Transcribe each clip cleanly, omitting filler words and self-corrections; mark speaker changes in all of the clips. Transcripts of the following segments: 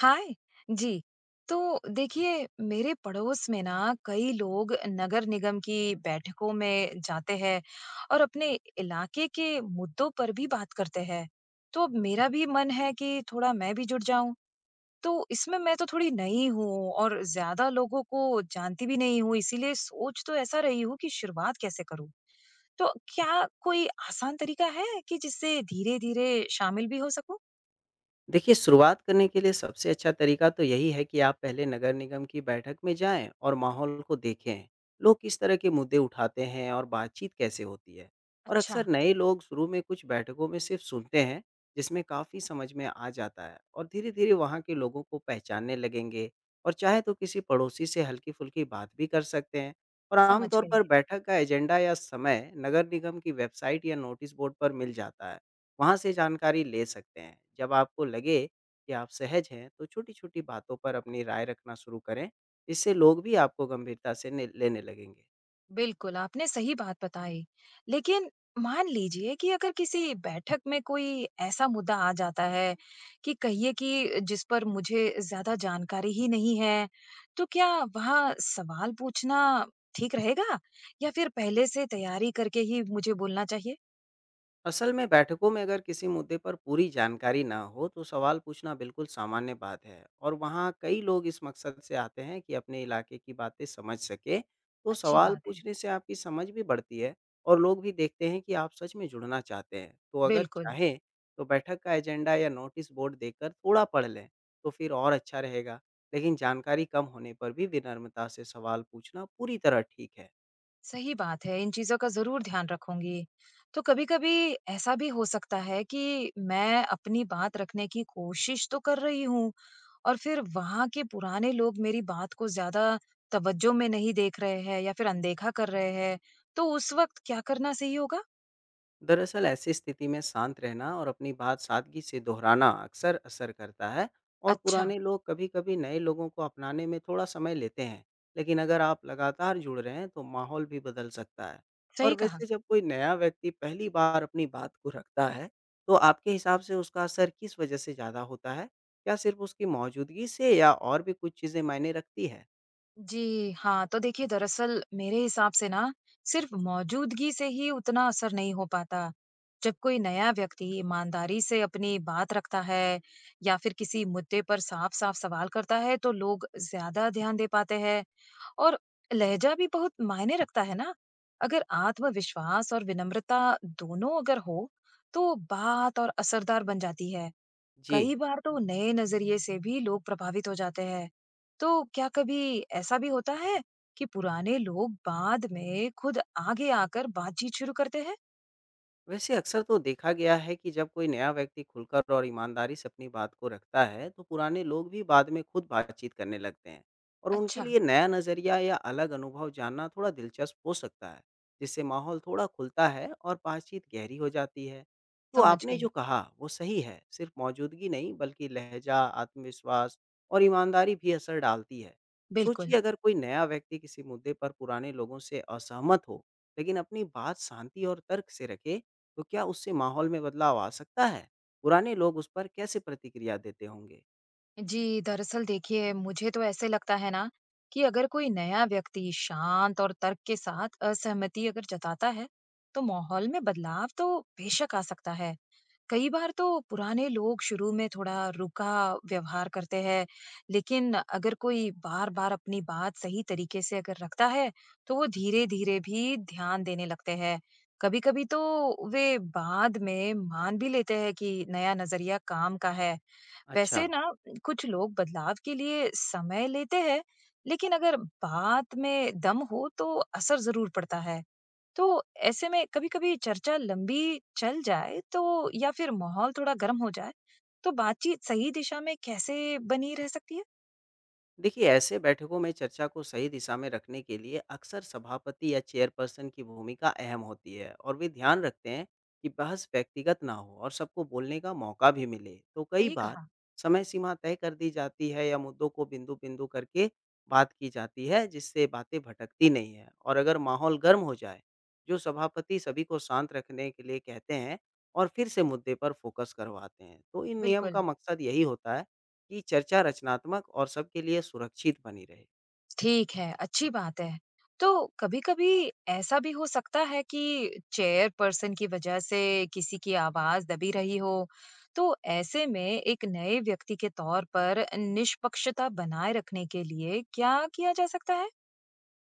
Speaker 1: हाय। जी। तो देखिए, मेरे पड़ोस में ना कई लोग नगर निगम की बैठकों में जाते हैं और अपने इलाके के मुद्दों पर भी बात करते हैं। तो अब मेरा भी मन है कि थोड़ा मैं भी जुड़ जाऊं। तो इसमें मैं तो थोड़ी नई हूँ और ज्यादा लोगों को जानती भी नहीं हूँ, इसीलिए सोच तो ऐसा रही हूँ कि शुरुआत कैसे करूँ। तो क्या कोई आसान तरीका है कि जिससे धीरे धीरे शामिल भी हो सकूं?
Speaker 2: देखिए, शुरुआत करने के लिए सबसे अच्छा तरीका तो यही है कि आप पहले नगर निगम की बैठक में जाएँ और माहौल को देखें। लोग किस तरह के मुद्दे उठाते हैं और बातचीत कैसे होती है? और
Speaker 1: अच्छा।
Speaker 2: अक्सर नए लोग शुरू में कुछ बैठकों में सिर्फ सुनते हैं, जिसमें काफ़ी समझ में आ जाता है और धीरे-धीरे वहाँ के लोगों को पहचानने लगेंगे और चाहे तो किसी पड़ोसी से हल्की-फुल्की बात भी कर सकते हैं। और आम
Speaker 1: समझ
Speaker 2: तौर
Speaker 1: गई।
Speaker 2: पर बैठक का एजेंडा या समय नगर निगम की वेबसाइट या नोटिस बोर्ड पर मिल जाता है। वहाँ से जानकारी ले सकते हैं। जब आपको लगे कि आप सहज हैं, तो छोटी-छोटी बातों पर अपनी राय रखना शुरू करें। इससे लोग भी आपको गंभीरता से ने लेने लगेंगे।
Speaker 1: बिल्कुल, आपने सही बात बताई। लेकिन मान लीजिए कि अगर किसी बैठक में कोई ऐसा मुद्दा आ जाता है कि कहिए कि जिस पर मुझे ज़्यादा जानकारी ही नहीं है, तो क्या वहाँ सवाल पूछना ठीक रहेगा या फिर पहले से तैयारी करके ही मुझे बोलना चाहिए?
Speaker 2: असल में बैठकों में अगर किसी मुद्दे पर पूरी जानकारी ना हो तो सवाल पूछना बिल्कुल सामान्य बात है और वहाँ कई लोग इस मकसद से आते हैं कि अपने इलाके की बातें समझ सके तो
Speaker 1: अच्छी
Speaker 2: सवाल
Speaker 1: बात है।
Speaker 2: पूछने से आपकी समझ भी बढ़ती है और लोग भी देखते हैं कि आप सच में जुड़ना चाहते हैं तो अगर
Speaker 1: बिल्कुल।
Speaker 2: चाहें तो बैठक का एजेंडा या नोटिस बोर्ड देकर थोड़ा पढ़ लें तो फिर और अच्छा रहेगा लेकिन जानकारी कम होने पर भी विनम्रता से सवाल पूछना पूरी तरह ठीक है।
Speaker 1: सही बात है, इन चीज़ों का ज़रूर ध्यान रखूँगी। तो कभी-कभी ऐसा भी हो सकता है कि मैं अपनी बात रखने की कोशिश तो कर रही हूँ, और फिर वहाँ के पुराने लोग मेरी बात को ज़्यादा तवज्जो में नहीं देख रहे हैं या फिर अनदेखा कर रहे हैं, तो उस वक़्त क्या करना सही होगा?
Speaker 2: दरअसल ऐसी स्थिति में शांत रहना और अपनी बात सादगी से दोहराना अक्सर असर करता है और
Speaker 1: अच्छा।
Speaker 2: पुराने लोग कभी-कभी नए लोगों को अपनाने में थोड़ा समय लेते हैं लेकिन अगर आप लगातार जुड़ रहे हैं तो माहौल भी बदल सकता है। और
Speaker 1: सही कहा।
Speaker 2: वैसे जब कोई नया व्यक्ति पहली बार अपनी बात को रखता है तो आपके हिसाब से उसका असर किस वजह से ज़्यादा होता है, क्या सिर्फ उसकी मौजूदगी से या और भी कुछ चीज़ें मायने रखती है?
Speaker 1: जी, हाँ, तो देखिए दरअसल मेरे हिसाब से ना सिर्फ़ मौजूदगी से ही उतना असर नहीं हो पाता। जब कोई नया व्यक्ति ईमानदारी से अपनी बात रखता है या फिर किसी मुद्दे पर साफ-साफ सवाल करता है, तो लोग ज़्यादा ध्यान दे पाते हैं। और लहजा भी बहुत मायने रखता है ना। अगर आत्मविश्वास और विनम्रता दोनों अगर हो तो बात और असरदार बन जाती है।
Speaker 2: जी।
Speaker 1: कई बार तो नए नजरिए से भी लोग प्रभावित हो जाते हैं। तो क्या कभी ऐसा भी होता है कि पुराने लोग बाद में खुद आगे आकर बातचीत शुरू करते हैं?
Speaker 2: वैसे अक्सर तो देखा गया है कि जब कोई नया व्यक्ति खुलकर और ईमानदारी से अपनी बात को रखता है, तो पुराने लोग भी बाद में खुद बातचीत करने लगते हैं और उनके
Speaker 1: अच्छा।
Speaker 2: लिए नया नज़रिया या अलग अनुभव जानना थोड़ा दिलचस्प हो सकता है, जिससे माहौल थोड़ा खुलता है और बातचीत गहरी हो जाती है। तो
Speaker 1: समझ
Speaker 2: आपने जो
Speaker 1: गई।
Speaker 2: कहा वो सही है, सिर्फ मौजूदगी नहीं बल्कि लहजा, आत्मविश्वास और ईमानदारी भी असर डालती है।
Speaker 1: बिल्कुल।
Speaker 2: सोचिए अगर कोई नया व्यक्ति किसी मुद्दे पर पुराने लोगों से असहमत हो, लेकिन अपनी बात शांति और तर्क से रखे तो क्या उससे माहौल में बदलाव आ सकता है? पुराने लोग उस पर कैसे प्रतिक्रिया देते होंगे?
Speaker 1: जी, दरअसल देखिए मुझे तो ऐसे लगता है ना कि अगर कोई नया व्यक्ति शांत और तर्क के साथ असहमति अगर जताता है, तो माहौल में बदलाव तो बेशक आ सकता है। कई बार तो पुराने लोग शुरू में थोड़ा रुका व्यवहार करते हैं, लेकिन अगर कोई बार-बार अपनी बात सही तरीके से अगर रखता है, तो वो धीरे-धीरे भी ध्यान देने लगते हैं। कभी-कभी तो वे बाद में मान भी लेते हैं कि नया नजरिया काम का है।
Speaker 2: अच्छा।
Speaker 1: वैसे ना कुछ लोग बदलाव के लिए समय लेते हैं, लेकिन अगर बात में दम हो तो असर जरूर पड़ता है। तो ऐसे में कभी-कभी चर्चा लंबी चल जाए तो या फिर माहौल थोड़ा गर्म हो जाए, तो बातचीत सही दिशा में कैसे बनी रह सकती है?
Speaker 2: देखिए ऐसे बैठकों में चर्चा को सही दिशा में रखने के लिए अक्सर सभापति या चेयरपर्सन की भूमिका अहम होती है और वे ध्यान रखते हैं कि बहस व्यक्तिगत ना हो और सबको बोलने का मौका भी मिले तो कई
Speaker 1: सही
Speaker 2: बार
Speaker 1: कहा।
Speaker 2: समय सीमा तय कर दी जाती है या मुद्दों को बिंदु बिंदु करके बात की जाती है जिससे बातें भटकती नहीं है। और अगर माहौल गर्म हो जाए जो सभापति सभी को शांत रखने के लिए कहते हैं और फिर से मुद्दे पर फोकस करवाते हैं तो इन नियम
Speaker 1: बिल्कुल।
Speaker 2: का मकसद यही होता है कि चर्चा रचनात्मक और सबके लिए सुरक्षित बनी रहे।
Speaker 1: ठीक है, अच्छी बात है। तो कभी-कभी ऐसा भी हो सकता है कि चेयरपर्सन की वजह से किसी की आवाज़ दबी रही हो, तो ऐसे में एक नए व्यक्ति के तौर पर निष्पक्षता बनाए रखने के लिए क्या किया जा सकता है?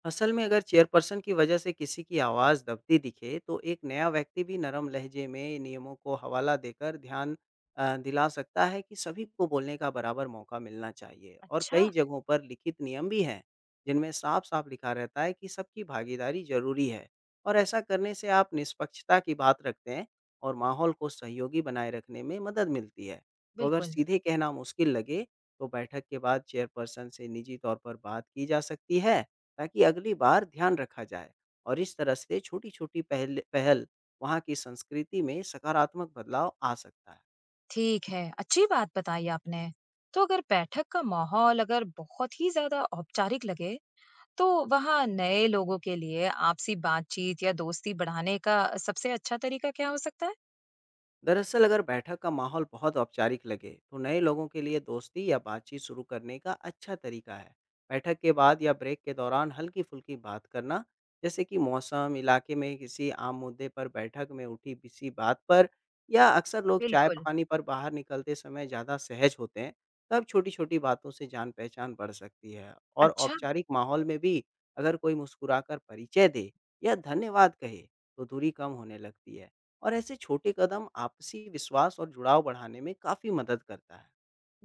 Speaker 2: असल में अगर चेयरपर्सन की वजह से किसी की आवाज़ दबती दिखे तो एक नया व्यक्ति भी नरम लहजे में नियमों को हवाला देकर ध्यान दिला सकता है कि सभी को बोलने का बराबर मौका मिलना चाहिए। और
Speaker 1: अच्छा।
Speaker 2: कई जगहों पर लिखित नियम भी हैं जिनमें साफ साफ लिखा रहता है कि सबकी भागीदारी जरूरी है और ऐसा करने से आप निष्पक्षता की बात रखते हैं और माहौल को सहयोगी बनाए रखने में मदद मिलती है। तो अगर
Speaker 1: बिल्कुल।
Speaker 2: सीधे कहना मुश्किल लगे तो बैठक के बाद चेयरपर्सन से निजी तौर पर बात की जा सकती है ताकि अगली बार ध्यान रखा जाए और इस तरह से छोटी-छोटी पहल पहल वहाँ की संस्कृति में सकारात्मक बदलाव आ सकता है।
Speaker 1: ठीक है, अच्छी बात बताई आपने। तो अगर बैठक का माहौल अगर बहुत ही ज़्यादा औपचारिक लगे, तो वहाँ नए लोगों के लिए आपसी बातचीत या दोस्ती बढ़ाने का सबसे अच्छा तरीका क्या हो सकता है?
Speaker 2: दरअसल अगर बैठक का माहौल बहुत औपचारिक लगे तो नए लोगों के लिए दोस्ती या बातचीत शुरू करने का अच्छा तरीका है बैठक के बाद या ब्रेक के दौरान हल्की फुल्की बात करना, जैसे कि मौसम, इलाके में किसी आम मुद्दे पर, बैठक में उठी किसी बात पर। या अक्सर लोग चाय
Speaker 1: बिल्कुल।
Speaker 2: पानी पर बाहर निकलते समय ज़्यादा सहज होते हैं, तब छोटी छोटी बातों से जान पहचान बढ़ सकती है। और
Speaker 1: अच्छा।
Speaker 2: औपचारिक माहौल में भी अगर कोई मुस्कुराकर परिचय दे या धन्यवाद कहे तो दूरी कम होने लगती है और ऐसे छोटे कदम आपसी विश्वास और जुड़ाव बढ़ाने में काफ़ी मदद करता है।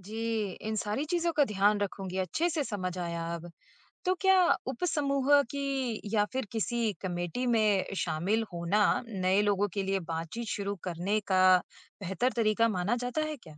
Speaker 1: जी, इन सारी चीज़ों का ध्यान रखूँगी, अच्छे से समझ आया अब। तो क्या उपसमूह की या फिर किसी कमेटी में शामिल होना नए लोगों के लिए बातचीत शुरू करने का बेहतर तरीका माना जाता है क्या?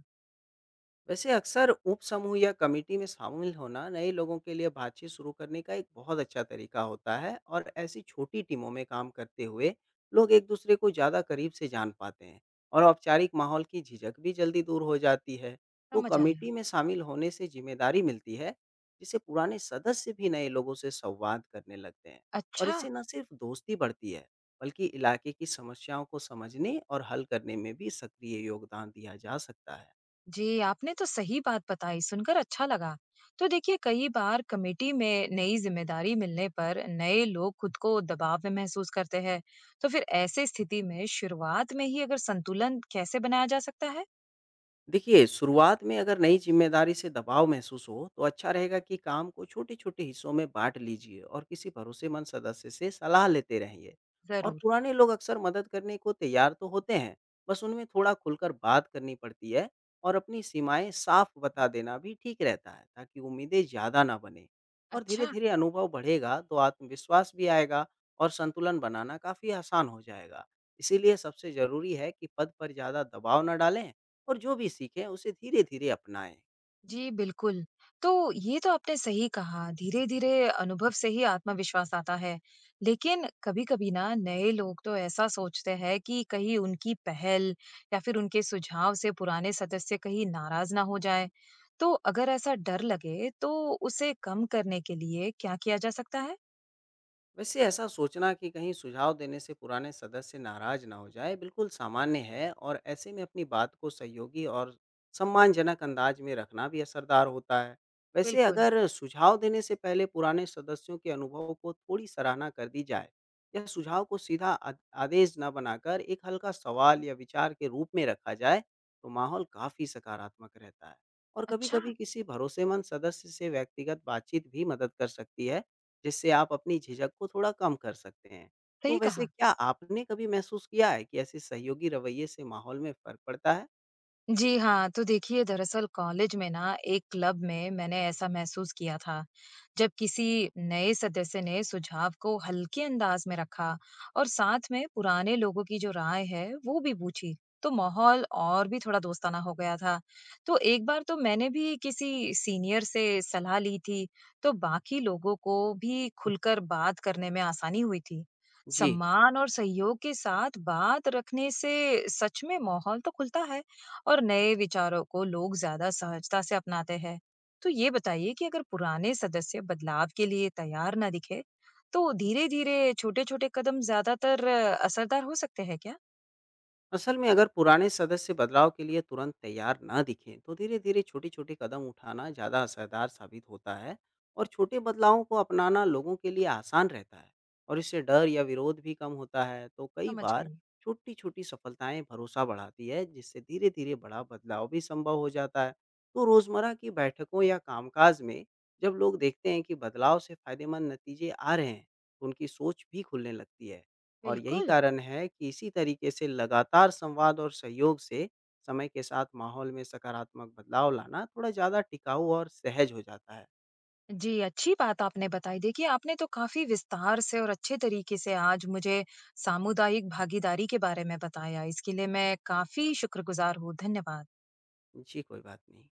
Speaker 2: वैसे अक्सर उपसमूह या कमेटी में शामिल होना नए लोगों के लिए बातचीत शुरू करने का एक बहुत अच्छा तरीका होता है और ऐसी छोटी टीमों में काम करते हुए लोग एक दूसरे को ज़्यादा करीब से जान पाते हैं और औपचारिक माहौल की झिझक भी जल्दी दूर हो जाती है। तो
Speaker 1: समझ आया।
Speaker 2: कमेटी में शामिल होने से जिम्मेदारी मिलती है जिससे पुराने सदस्य भी नए लोगों से संवाद करने लगते हैं और
Speaker 1: अच्छा।
Speaker 2: इससे न सिर्फ दोस्ती बढ़ती है बल्कि इलाके की समस्याओं को समझने और हल करने में भी सक्रिय योगदान दिया जा सकता है।
Speaker 1: जी, आपने तो सही बात बताई, सुनकर अच्छा लगा। तो देखिए कई बार कमेटी में नई जिम्मेदारी मिलने पर नए लोग खुद को दबाव में महसूस करते हैं, तो फिर ऐसे स्थिति में शुरुआत में ही अगर संतुलन कैसे बनाया जा सकता है?
Speaker 2: देखिए, शुरुआत में अगर नई ज़िम्मेदारी से दबाव महसूस हो, तो अच्छा रहेगा कि काम को छोटे-छोटे हिस्सों में बाँट लीजिए और किसी भरोसेमंद सदस्य से सलाह लेते रहिए। और
Speaker 1: जरूर।
Speaker 2: पुराने लोग अक्सर मदद करने को तैयार तो होते हैं, बस उनमें थोड़ा खुलकर बात करनी पड़ती है और अपनी सीमाएँ साफ बता देना भी ठीक रहता है, ताकि उम्मीदें ज़्यादा ना बनें। और
Speaker 1: अच्छा।
Speaker 2: धीरे-धीरे अनुभव बढ़ेगा, तो आत्मविश्वास भी आएगा और संतुलन बनाना काफ़ी आसान हो जाएगा। इसीलिए सबसे ज़रूरी है कि पद पर ज़्यादा दबाव ना डालें और जो भी सीखें उसे धीरे-धीरे अपनाएँ।
Speaker 1: जी, बिल्कुल। तो ये तो आपने सही कहा, धीरे-धीरे अनुभव से ही आत्मविश्वास आता है। लेकिन कभी-कभी ना नए लोग तो ऐसा सोचते हैं कि कहीं उनकी पहल या फिर उनके सुझाव से पुराने सदस्य कहीं नाराज़ ना हो जाएँ। तो अगर ऐसा डर लगे तो उसे कम करने के लिए क्या किया जा सकता है?
Speaker 2: वैसे ऐसा सोचना कि कहीं सुझाव देने से पुराने सदस्य नाराज ना हो जाए बिल्कुल सामान्य है और ऐसे में अपनी बात को सहयोगी और सम्मानजनक अंदाज में रखना भी असरदार होता है। वैसे
Speaker 1: बिल्कुल।
Speaker 2: अगर सुझाव देने से पहले पुराने सदस्यों के अनुभव को थोड़ी सराहना कर दी जाए या सुझाव को सीधा आदेश न बनाकर एक हल्का सवाल या विचार के रूप में रखा जाए तो माहौल काफ़ी सकारात्मक रहता है और
Speaker 1: अच्छा।
Speaker 2: कभी-कभी किसी भरोसेमंद सदस्य से व्यक्तिगत बातचीत भी मदद कर सकती है जिससे आप अपनी झिझक को थोड़ा कम कर सकते हैं। तो
Speaker 1: सही
Speaker 2: वैसे
Speaker 1: कहा।
Speaker 2: क्या आपने कभी महसूस किया है कि ऐसे सहयोगी रवैये से माहौल में फ़र्क पड़ता है?
Speaker 1: जी हाँ, तो देखिए दरअसल कॉलेज में ना एक क्लब में मैंने ऐसा महसूस किया था, जब किसी नए सदस्य ने सुझाव को हल्के अंदाज में रखा और साथ में पुराने लोगों की जो राय है, वो भी पूछी। तो माहौल और भी थोड़ा दोस्ताना हो गया था। तो एक बार तो मैंने भी किसी सीनियर से सलाह ली थी, तो बाकी लोगों को भी खुलकर बात करने में आसानी हुई थी।
Speaker 2: जी।
Speaker 1: सम्मान और सहयोग के साथ बात रखने से सच में माहौल तो खुलता है। और नए विचारों को लोग ज्यादा सहजता से अपनाते हैं। तो ये बताइए कि अगर पुराने सदस्य बदलाव के लिए तैयार ना दिखे तो धीरे धीरे छोटे छोटे कदम ज्यादातर असरदार हो सकते हैं क्या?
Speaker 2: असल में अगर पुराने सदस्य बदलाव के लिए तुरंत तैयार न दिखें तो धीरे धीरे छोटे छोटे कदम उठाना ज़्यादा असरदार साबित होता है और छोटे बदलावों को अपनाना लोगों के लिए आसान रहता है और इससे डर या विरोध भी कम होता है। तो कई
Speaker 1: समझ
Speaker 2: बार
Speaker 1: गई।
Speaker 2: छोटी छोटी सफलताएं भरोसा बढ़ाती है जिससे धीरे धीरे बड़ा बदलाव भी संभव हो जाता है। तो रोज़मर्रा की बैठकों या कामकाज में जब लोग देखते हैं कि बदलाव से फायदेमंद नतीजे आ रहे हैं तो उनकी सोच भी खुलने लगती है और यही
Speaker 1: बिल्कुल।
Speaker 2: कारण है कि इसी तरीके से लगातार संवाद और सहयोग से समय के साथ माहौल में सकारात्मक बदलाव लाना थोड़ा ज़्यादा टिकाऊ और सहज हो जाता है।
Speaker 1: जी, अच्छी बात आपने बताई। देखिए आपने तो काफी विस्तार से और अच्छे तरीके से आज मुझे सामुदायिक भागीदारी के बारे में बताया, इसके लिए मैं काफी शुक्रगुजार हूँ। धन्यवाद।
Speaker 2: जी, कोई बात नहीं।